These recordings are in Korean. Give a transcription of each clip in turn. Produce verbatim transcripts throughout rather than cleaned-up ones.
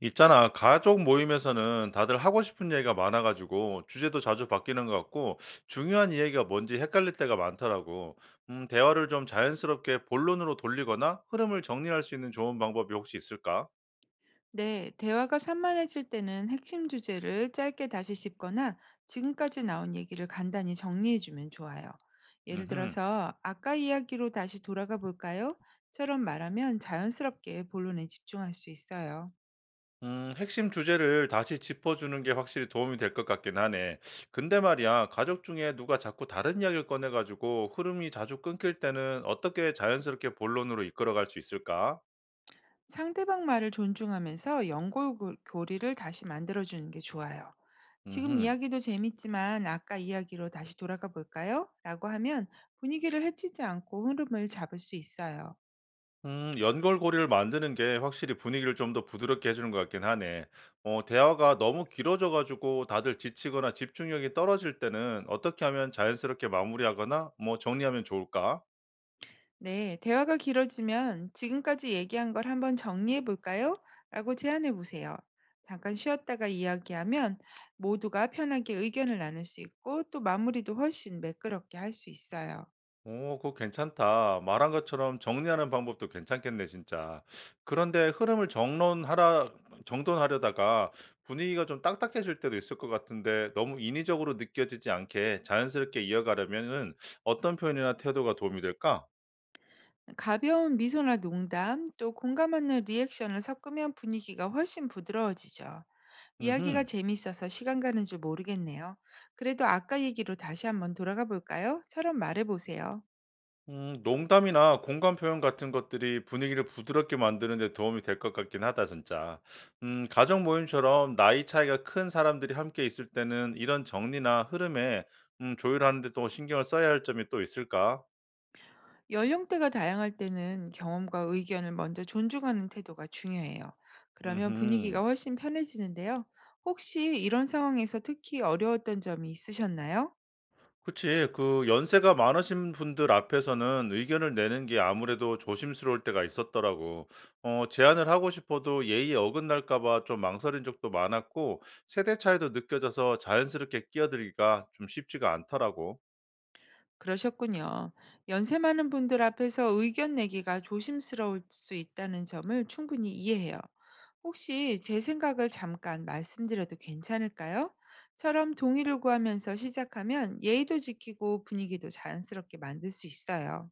있잖아, 가족 모임에서는 다들 하고 싶은 얘기가 많아가지고 주제도 자주 바뀌는 것 같고 중요한 이야기가 뭔지 헷갈릴 때가 많더라고. 음, 대화를 좀 자연스럽게 본론으로 돌리거나 흐름을 정리할 수 있는 좋은 방법이 혹시 있을까? 네, 대화가 산만해질 때는 핵심 주제를 짧게 다시 짚거나 지금까지 나온 얘기를 간단히 정리해주면 좋아요. 예를 음흠. 들어서, 아까 이야기로 다시 돌아가 볼까요? 처럼 말하면 자연스럽게 본론에 집중할 수 있어요. 음, 핵심 주제를 다시 짚어주는 게 확실히 도움이 될 것 같긴 하네. 근데 말이야, 가족 중에 누가 자꾸 다른 이야기를 꺼내가지고 흐름이 자주 끊길 때는 어떻게 자연스럽게 본론으로 이끌어갈 수 있을까? 상대방 말을 존중하면서 연결고리를 다시 만들어주는 게 좋아요. 지금 음흠. 이야기도 재밌지만 아까 이야기로 다시 돌아가 볼까요? 라고 하면 분위기를 해치지 않고 흐름을 잡을 수 있어요. 음, 연결고리를 만드는 게 확실히 분위기를 좀 더 부드럽게 해주는 것 같긴 하네. 어, 대화가 너무 길어져가지고 다들 지치거나 집중력이 떨어질 때는 어떻게 하면 자연스럽게 마무리하거나 뭐 정리하면 좋을까? 네, 대화가 길어지면 지금까지 얘기한 걸 한번 정리해 볼까요? 라고 제안해 보세요. 잠깐 쉬었다가 이야기하면 모두가 편하게 의견을 나눌 수 있고 또 마무리도 훨씬 매끄럽게 할 수 있어요. 오, 그거 괜찮다. 말한 것처럼 정리하는 방법도 괜찮겠네, 진짜. 그런데 흐름을 정론하라, 정돈하려다가 분위기가 좀 딱딱해질 때도 있을 것 같은데 너무 인위적으로 느껴지지 않게 자연스럽게 이어가려면은 어떤 표현이나 태도가 도움이 될까? 가벼운 미소나 농담, 또 공감하는 리액션을 섞으면 분위기가 훨씬 부드러워지죠. 이야기가 음흠. 재밌어서 시간 가는 줄 모르겠네요. 그래도 아까 얘기로 다시 한번 돌아가 볼까요? 처럼 말해 보세요. 음 농담이나 공감 표현 같은 것들이 분위기를 부드럽게 만드는 데 도움이 될 것 같긴 하다 진짜. 음 가족 모임처럼 나이 차이가 큰 사람들이 함께 있을 때는 이런 정리나 흐름에 음 조율하는 데 또 신경을 써야 할 점이 또 있을까? 연령대가 다양할 때는 경험과 의견을 먼저 존중하는 태도가 중요해요. 그러면 분위기가 음흠. 훨씬 편해지는데요. 혹시 이런 상황에서 특히 어려웠던 점이 있으셨나요? 그치. 그 연세가 많으신 분들 앞에서는 의견을 내는 게 아무래도 조심스러울 때가 있었더라고. 어, 제안을 하고 싶어도 예의에 어긋날까 봐 좀 망설인 적도 많았고, 세대 차이도 느껴져서 자연스럽게 끼어들기가 좀 쉽지가 않더라고. 그러셨군요. 연세 많은 분들 앞에서 의견 내기가 조심스러울 수 있다는 점을 충분히 이해해요. 혹시 제 생각을 잠깐 말씀드려도 괜찮을까요? 처럼 동의를 구하면서 시작하면 예의도 지키고 분위기도 자연스럽게 만들 수 있어요.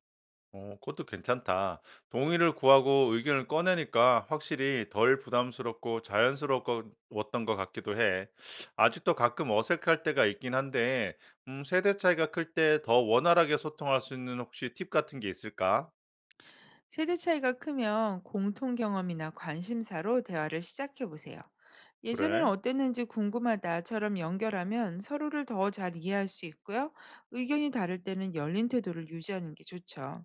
어, 그것도 괜찮다. 동의를 구하고 의견을 꺼내니까 확실히 덜 부담스럽고 자연스러웠던 것 같기도 해. 아직도 가끔 어색할 때가 있긴 한데, 음, 세대 차이가 클 때 더 원활하게 소통할 수 있는 혹시 팁 같은 게 있을까? 세대 차이가 크면 공통 경험이나 관심사로 대화를 시작해 보세요. 예전에는 그래. 어땠는지 궁금하다처럼 연결하면 서로를 더 잘 이해할 수 있고요. 의견이 다를 때는 열린 태도를 유지하는 게 좋죠.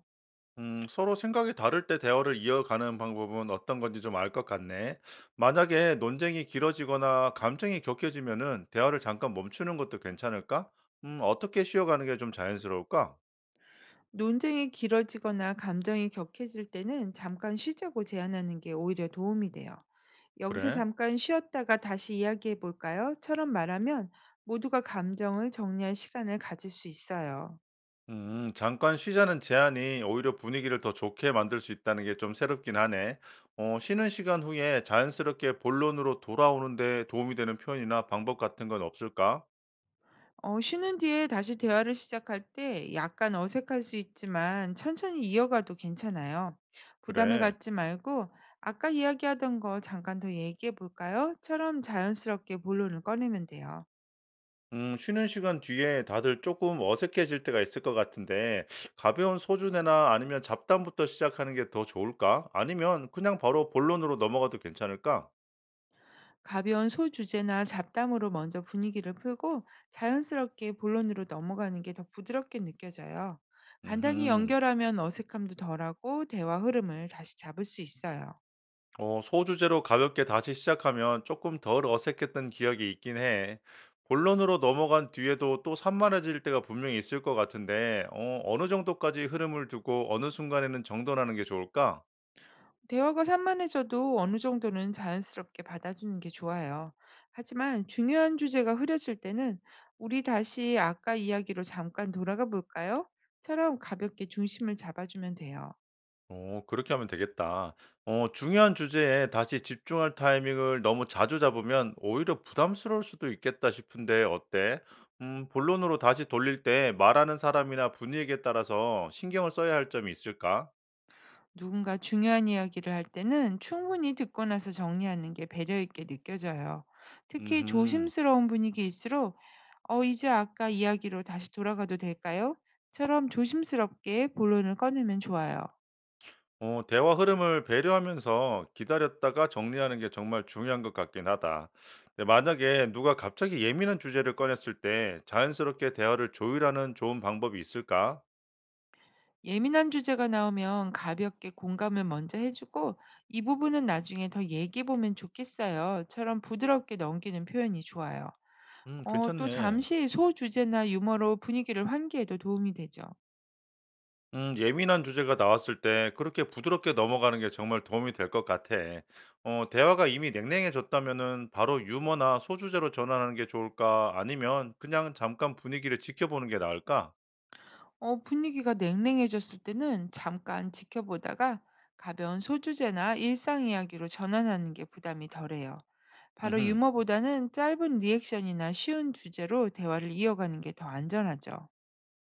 음, 서로 생각이 다를 때 대화를 이어가는 방법은 어떤 건지 좀 알 것 같네. 만약에 논쟁이 길어지거나 감정이 격해지면은 대화를 잠깐 멈추는 것도 괜찮을까? 음, 어떻게 쉬어가는 게 좀 자연스러울까? 논쟁이 길어지거나 감정이 격해질 때는 잠깐 쉬자고 제안하는 게 오히려 도움이 돼요. 여기서 그래. 잠깐 쉬었다가 다시 이야기해 볼까요?처럼 말하면 모두가 감정을 정리할 시간을 가질 수 있어요. 음, 잠깐 쉬자는 제안이 오히려 분위기를 더 좋게 만들 수 있다는 게 좀 새롭긴 하네. 어, 쉬는 시간 후에 자연스럽게 본론으로 돌아오는데 도움이 되는 표현이나 방법 같은 건 없을까? 어 쉬는 뒤에 다시 대화를 시작할 때 약간 어색할 수 있지만 천천히 이어가도 괜찮아요. 부담을 그래. 갖지 말고 "아까 이야기하던 거 잠깐 더 얘기해 볼까요?"처럼 자연스럽게 본론을 꺼내면 돼요. 음, 쉬는 시간 뒤에 다들 조금 어색해질 때가 있을 것 같은데, 가벼운 소주내나 아니면 잡담부터 시작하는 게 더 좋을까? 아니면 그냥 바로 본론으로 넘어가도 괜찮을까? 가벼운 소주제나 잡담으로 먼저 분위기를 풀고 자연스럽게 본론으로 넘어가는 게 더 부드럽게 느껴져요. 간단히 음 연결하면 어색함도 덜하고 대화 흐름을 다시 잡을 수 있어요. 어, 소주제로 가볍게 다시 시작하면 조금 덜 어색했던 기억이 있긴 해. 본론으로 넘어간 뒤에도 또 산만해질 때가 분명히 있을 것 같은데, 어, 어느 정도까지 흐름을 두고 어느 순간에는 정돈하는 게 좋을까? 대화가 산만해져도 어느 정도는 자연스럽게 받아주는 게 좋아요. 하지만 중요한 주제가 흐려질 때는 우리 다시 아까 이야기로 잠깐 돌아가 볼까요? 처럼 가볍게 중심을 잡아주면 돼요. 어, 그렇게 하면 되겠다. 어, 중요한 주제에 다시 집중할 타이밍을 너무 자주 잡으면 오히려 부담스러울 수도 있겠다 싶은데 어때? 음, 본론으로 다시 돌릴 때 말하는 사람이나 분위기에 따라서 신경을 써야 할 점이 있을까? 누군가 중요한 이야기를 할 때는 충분히 듣고 나서 정리하는 게 배려 있게 느껴져요. 특히 음흠. 조심스러운 분위기일수록 어, 이제 아까 이야기로 다시 돌아가도 될까요? 처럼 조심스럽게 본론을 꺼내면 좋아요. 어, 대화 흐름을 배려하면서 기다렸다가 정리하는 게 정말 중요한 것 같긴 하다. 근데 만약에 누가 갑자기 예민한 주제를 꺼냈을 때 자연스럽게 대화를 조율하는 좋은 방법이 있을까? 예민한 주제가 나오면 가볍게 공감을 먼저 해주고 이 부분은 나중에 더 얘기해 보면 좋겠어요.처럼 부드럽게 넘기는 표현이 좋아요. 음, 어, 또 괜찮네. 잠시 소주제나 유머로 분위기를 환기해도 도움이 되죠. 음, 예민한 주제가 나왔을 때 그렇게 부드럽게 넘어가는 게 정말 도움이 될 것 같아. 어, 대화가 이미 냉랭해졌다면은 바로 유머나 소주제로 전환하는 게 좋을까? 아니면 그냥 잠깐 분위기를 지켜보는 게 나을까? 어, 분위기가 냉랭해졌을 때는 잠깐 지켜보다가 가벼운 소주제나 일상 이야기로 전환하는 게 부담이 덜해요. 바로 음 유머보다는 짧은 리액션이나 쉬운 주제로 대화를 이어가는 게 더 안전하죠.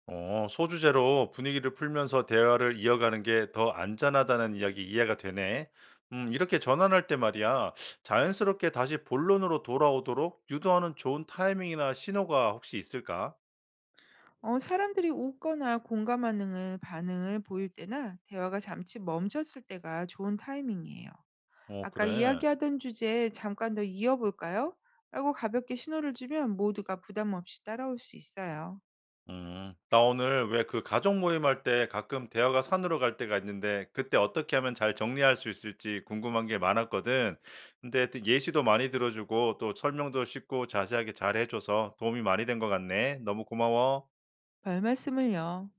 어, 소주제로 분위기를 풀면서 대화를 이어가는 게 더 안전하다는 이야기 이해가 되네. 음, 이렇게 전환할 때 말이야, 자연스럽게 다시 본론으로 돌아오도록 유도하는 좋은 타이밍이나 신호가 혹시 있을까? 어, 사람들이 웃거나 공감하는 반응을 보일 때나 대화가 잠시 멈췄을 때가 좋은 타이밍이에요. 어, 아까 그래. 이야기하던 주제에 잠깐 더 이어볼까요? 라고 가볍게 신호를 주면 모두가 부담 없이 따라올 수 있어요. 음, 나 오늘 왜 그 가족 모임할 때 가끔 대화가 산으로 갈 때가 있는데 그때 어떻게 하면 잘 정리할 수 있을지 궁금한 게 많았거든. 근데 또 예시도 많이 들어주고 또 설명도 쉽고 자세하게 잘 해줘서 도움이 많이 된 것 같네. 너무 고마워. 별 말씀을요.